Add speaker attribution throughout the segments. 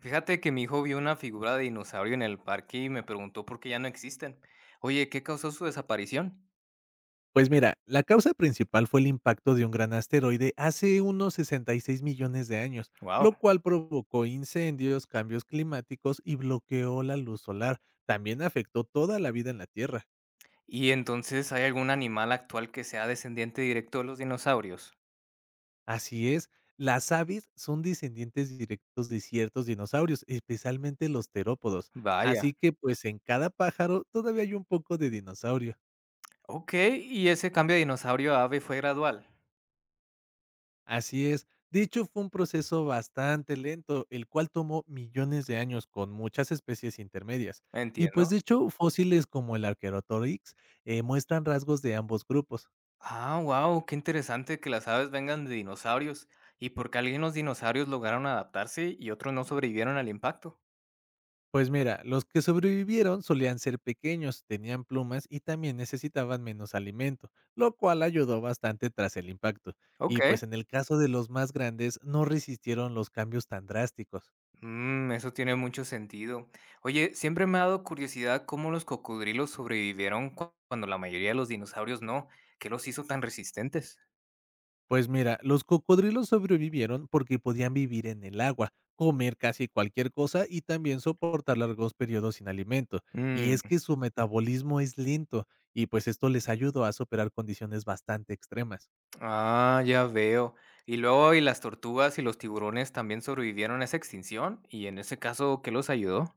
Speaker 1: Fíjate que mi hijo vio una figura de dinosaurio en el parque y me preguntó por qué ya no existen. Oye, ¿qué causó su desaparición?
Speaker 2: Pues mira, la causa principal fue el impacto de un gran asteroide hace unos 66 millones de años,
Speaker 1: Wow.
Speaker 2: lo cual provocó incendios, cambios climáticos y bloqueó la luz solar. También afectó toda la vida en la Tierra.
Speaker 1: ¿Y entonces hay algún animal actual que sea descendiente directo de los dinosaurios?
Speaker 2: Así es, las aves son descendientes directos de ciertos dinosaurios, especialmente los terópodos. Así
Speaker 1: Vaya.
Speaker 2: que pues en cada pájaro todavía hay un poco de dinosaurio.
Speaker 1: Ok, y ese cambio de dinosaurio a ave fue gradual.
Speaker 2: Así es. De hecho, fue un proceso bastante lento, el cual tomó millones de años con muchas especies intermedias. Y pues de
Speaker 1: Entiendo.
Speaker 2: hecho, fósiles como el Archaeopteryx muestran rasgos de ambos grupos.
Speaker 1: Ah, wow, qué interesante que las aves vengan de dinosaurios. ¿Y por qué algunos dinosaurios lograron adaptarse y otros no sobrevivieron al impacto?
Speaker 2: Pues mira, los que sobrevivieron solían ser pequeños, tenían plumas y también necesitaban menos alimento, lo cual ayudó bastante tras el impacto. Y
Speaker 1: Ok.
Speaker 2: pues en el caso de los más grandes, no resistieron los cambios tan drásticos.
Speaker 1: Mm, eso tiene mucho sentido. Oye, siempre me ha dado curiosidad cómo los cocodrilos sobrevivieron cuando la mayoría de los dinosaurios no. ¿Qué los hizo tan resistentes?
Speaker 2: Pues mira, los cocodrilos sobrevivieron porque podían vivir en el agua, comer casi cualquier cosa y también soportar largos periodos sin alimento. Y
Speaker 1: Mm,
Speaker 2: es que su metabolismo es lento y pues esto les ayudó a superar condiciones bastante extremas.
Speaker 1: ah, ya veo. Y luego, ¿y las tortugas y los tiburones también sobrevivieron a esa extinción? Y en ese caso, ¿qué los ayudó?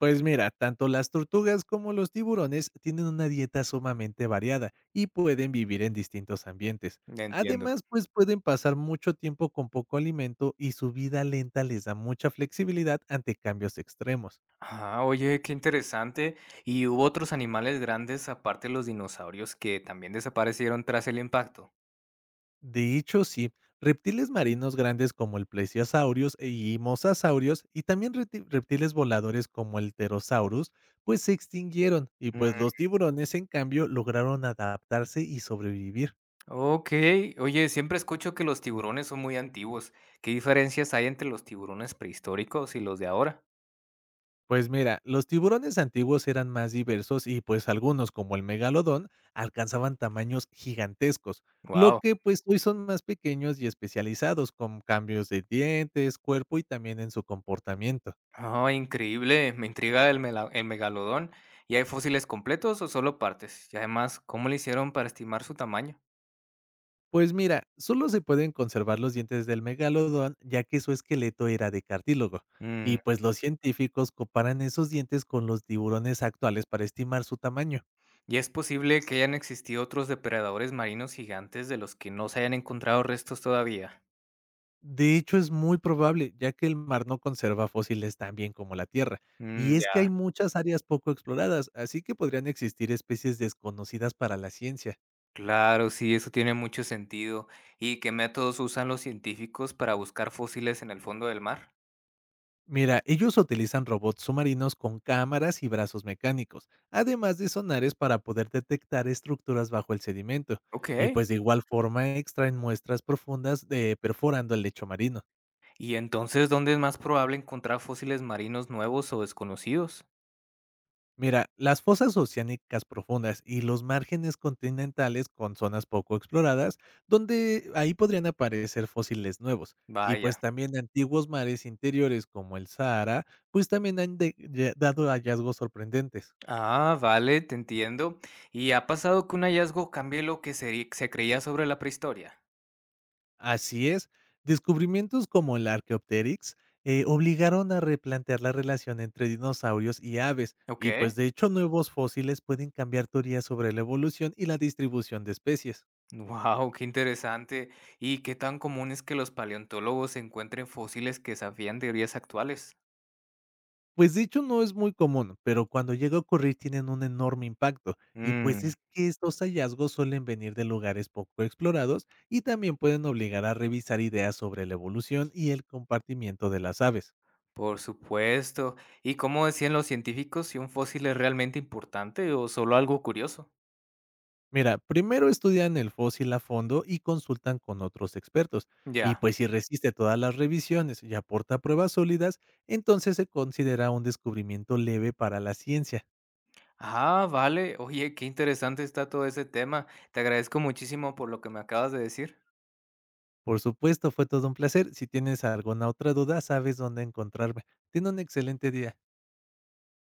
Speaker 2: Pues mira, tanto las tortugas como los tiburones tienen una dieta sumamente variada y pueden vivir en distintos ambientes.
Speaker 1: Ya entiendo.
Speaker 2: Además, pues pueden pasar mucho tiempo con poco alimento y su vida lenta les da mucha flexibilidad ante cambios extremos.
Speaker 1: Ah, oye, qué interesante. ¿Y hubo otros animales grandes aparte de los dinosaurios que también desaparecieron tras el impacto?
Speaker 2: De hecho, sí, reptiles marinos grandes como el plesiosaurios y mosasaurios y también reptiles voladores como el pterosaurus, pues se extinguieron y pues los tiburones en cambio lograron adaptarse y sobrevivir.
Speaker 1: Okey. Oye, siempre escucho que los tiburones son muy antiguos. ¿Qué diferencias hay entre los tiburones prehistóricos y los de ahora?
Speaker 2: Pues mira, los tiburones antiguos eran más diversos y pues algunos como el megalodón alcanzaban tamaños gigantescos, lo
Speaker 1: Wow,
Speaker 2: que pues hoy son más pequeños y especializados con cambios de dientes, cuerpo y también en su comportamiento.
Speaker 1: ah, increíble. Me intriga el mela el megalodón. ¿Y hay fósiles completos o solo partes? Y además, ¿cómo le hicieron para estimar su tamaño?
Speaker 2: Pues mira, solo se pueden conservar los dientes del megalodón, ya que su esqueleto era de cartílago. Y
Speaker 1: Mm,
Speaker 2: pues los científicos comparan esos dientes con los tiburones actuales para estimar su tamaño.
Speaker 1: ¿y es posible que hayan existido otros depredadores marinos gigantes de los que no se hayan encontrado restos todavía?
Speaker 2: De hecho, es muy probable, ya que el mar no conserva fósiles tan bien como la Tierra. Y
Speaker 1: Mm,
Speaker 2: es que hay
Speaker 1: ya.
Speaker 2: muchas áreas poco exploradas, así que podrían existir especies desconocidas para la ciencia.
Speaker 1: Claro, sí, eso tiene mucho sentido. ¿Y qué métodos usan los científicos para buscar fósiles en el fondo del mar?
Speaker 2: Mira, ellos utilizan robots submarinos con cámaras y brazos mecánicos, además de sonares para poder detectar estructuras bajo el sedimento, y
Speaker 1: Ok.
Speaker 2: pues de igual forma extraen muestras profundas de perforando el lecho marino.
Speaker 1: ¿Y entonces dónde es más probable encontrar fósiles marinos nuevos o desconocidos?
Speaker 2: Mira, las fosas oceánicas profundas y los márgenes continentales con zonas poco exploradas, donde ahí podrían aparecer fósiles nuevos. Y
Speaker 1: Vaya.
Speaker 2: pues también antiguos mares interiores como el Sahara, pues también han dado hallazgos sorprendentes.
Speaker 1: Ah, vale, te entiendo. ¿Y ha pasado que un hallazgo cambie lo que se creía sobre la prehistoria?
Speaker 2: Así es, descubrimientos como el Archaeopteryx obligaron a replantear la relación entre dinosaurios y aves, y pues
Speaker 1: Ok.
Speaker 2: de hecho nuevos fósiles pueden cambiar teorías sobre la evolución y la distribución de especies.
Speaker 1: Wow, qué interesante. ¿Y qué tan común es que los paleontólogos encuentren fósiles que desafían teorías actuales?
Speaker 2: Pues de hecho no es muy común, pero cuando llega a ocurrir tienen un enorme impacto, y pues es
Speaker 1: Mmm,
Speaker 2: que estos hallazgos suelen venir de lugares poco explorados y también pueden obligar a revisar ideas sobre la evolución y el compartimiento de las aves.
Speaker 1: por supuesto. ¿Y cómo decían los científicos si un fósil es realmente importante o solo algo curioso?
Speaker 2: Mira, primero estudian el fósil a fondo y consultan con otros expertos. Y
Speaker 1: Ya.
Speaker 2: pues si resiste todas las revisiones y aporta pruebas sólidas, entonces se considera un descubrimiento leve para la ciencia.
Speaker 1: Ah, vale. Oye, qué interesante está todo ese tema. Te agradezco muchísimo por lo que me acabas de decir.
Speaker 2: Por supuesto, fue todo un placer. Si tienes alguna otra duda, sabes dónde encontrarme. Ten un excelente día.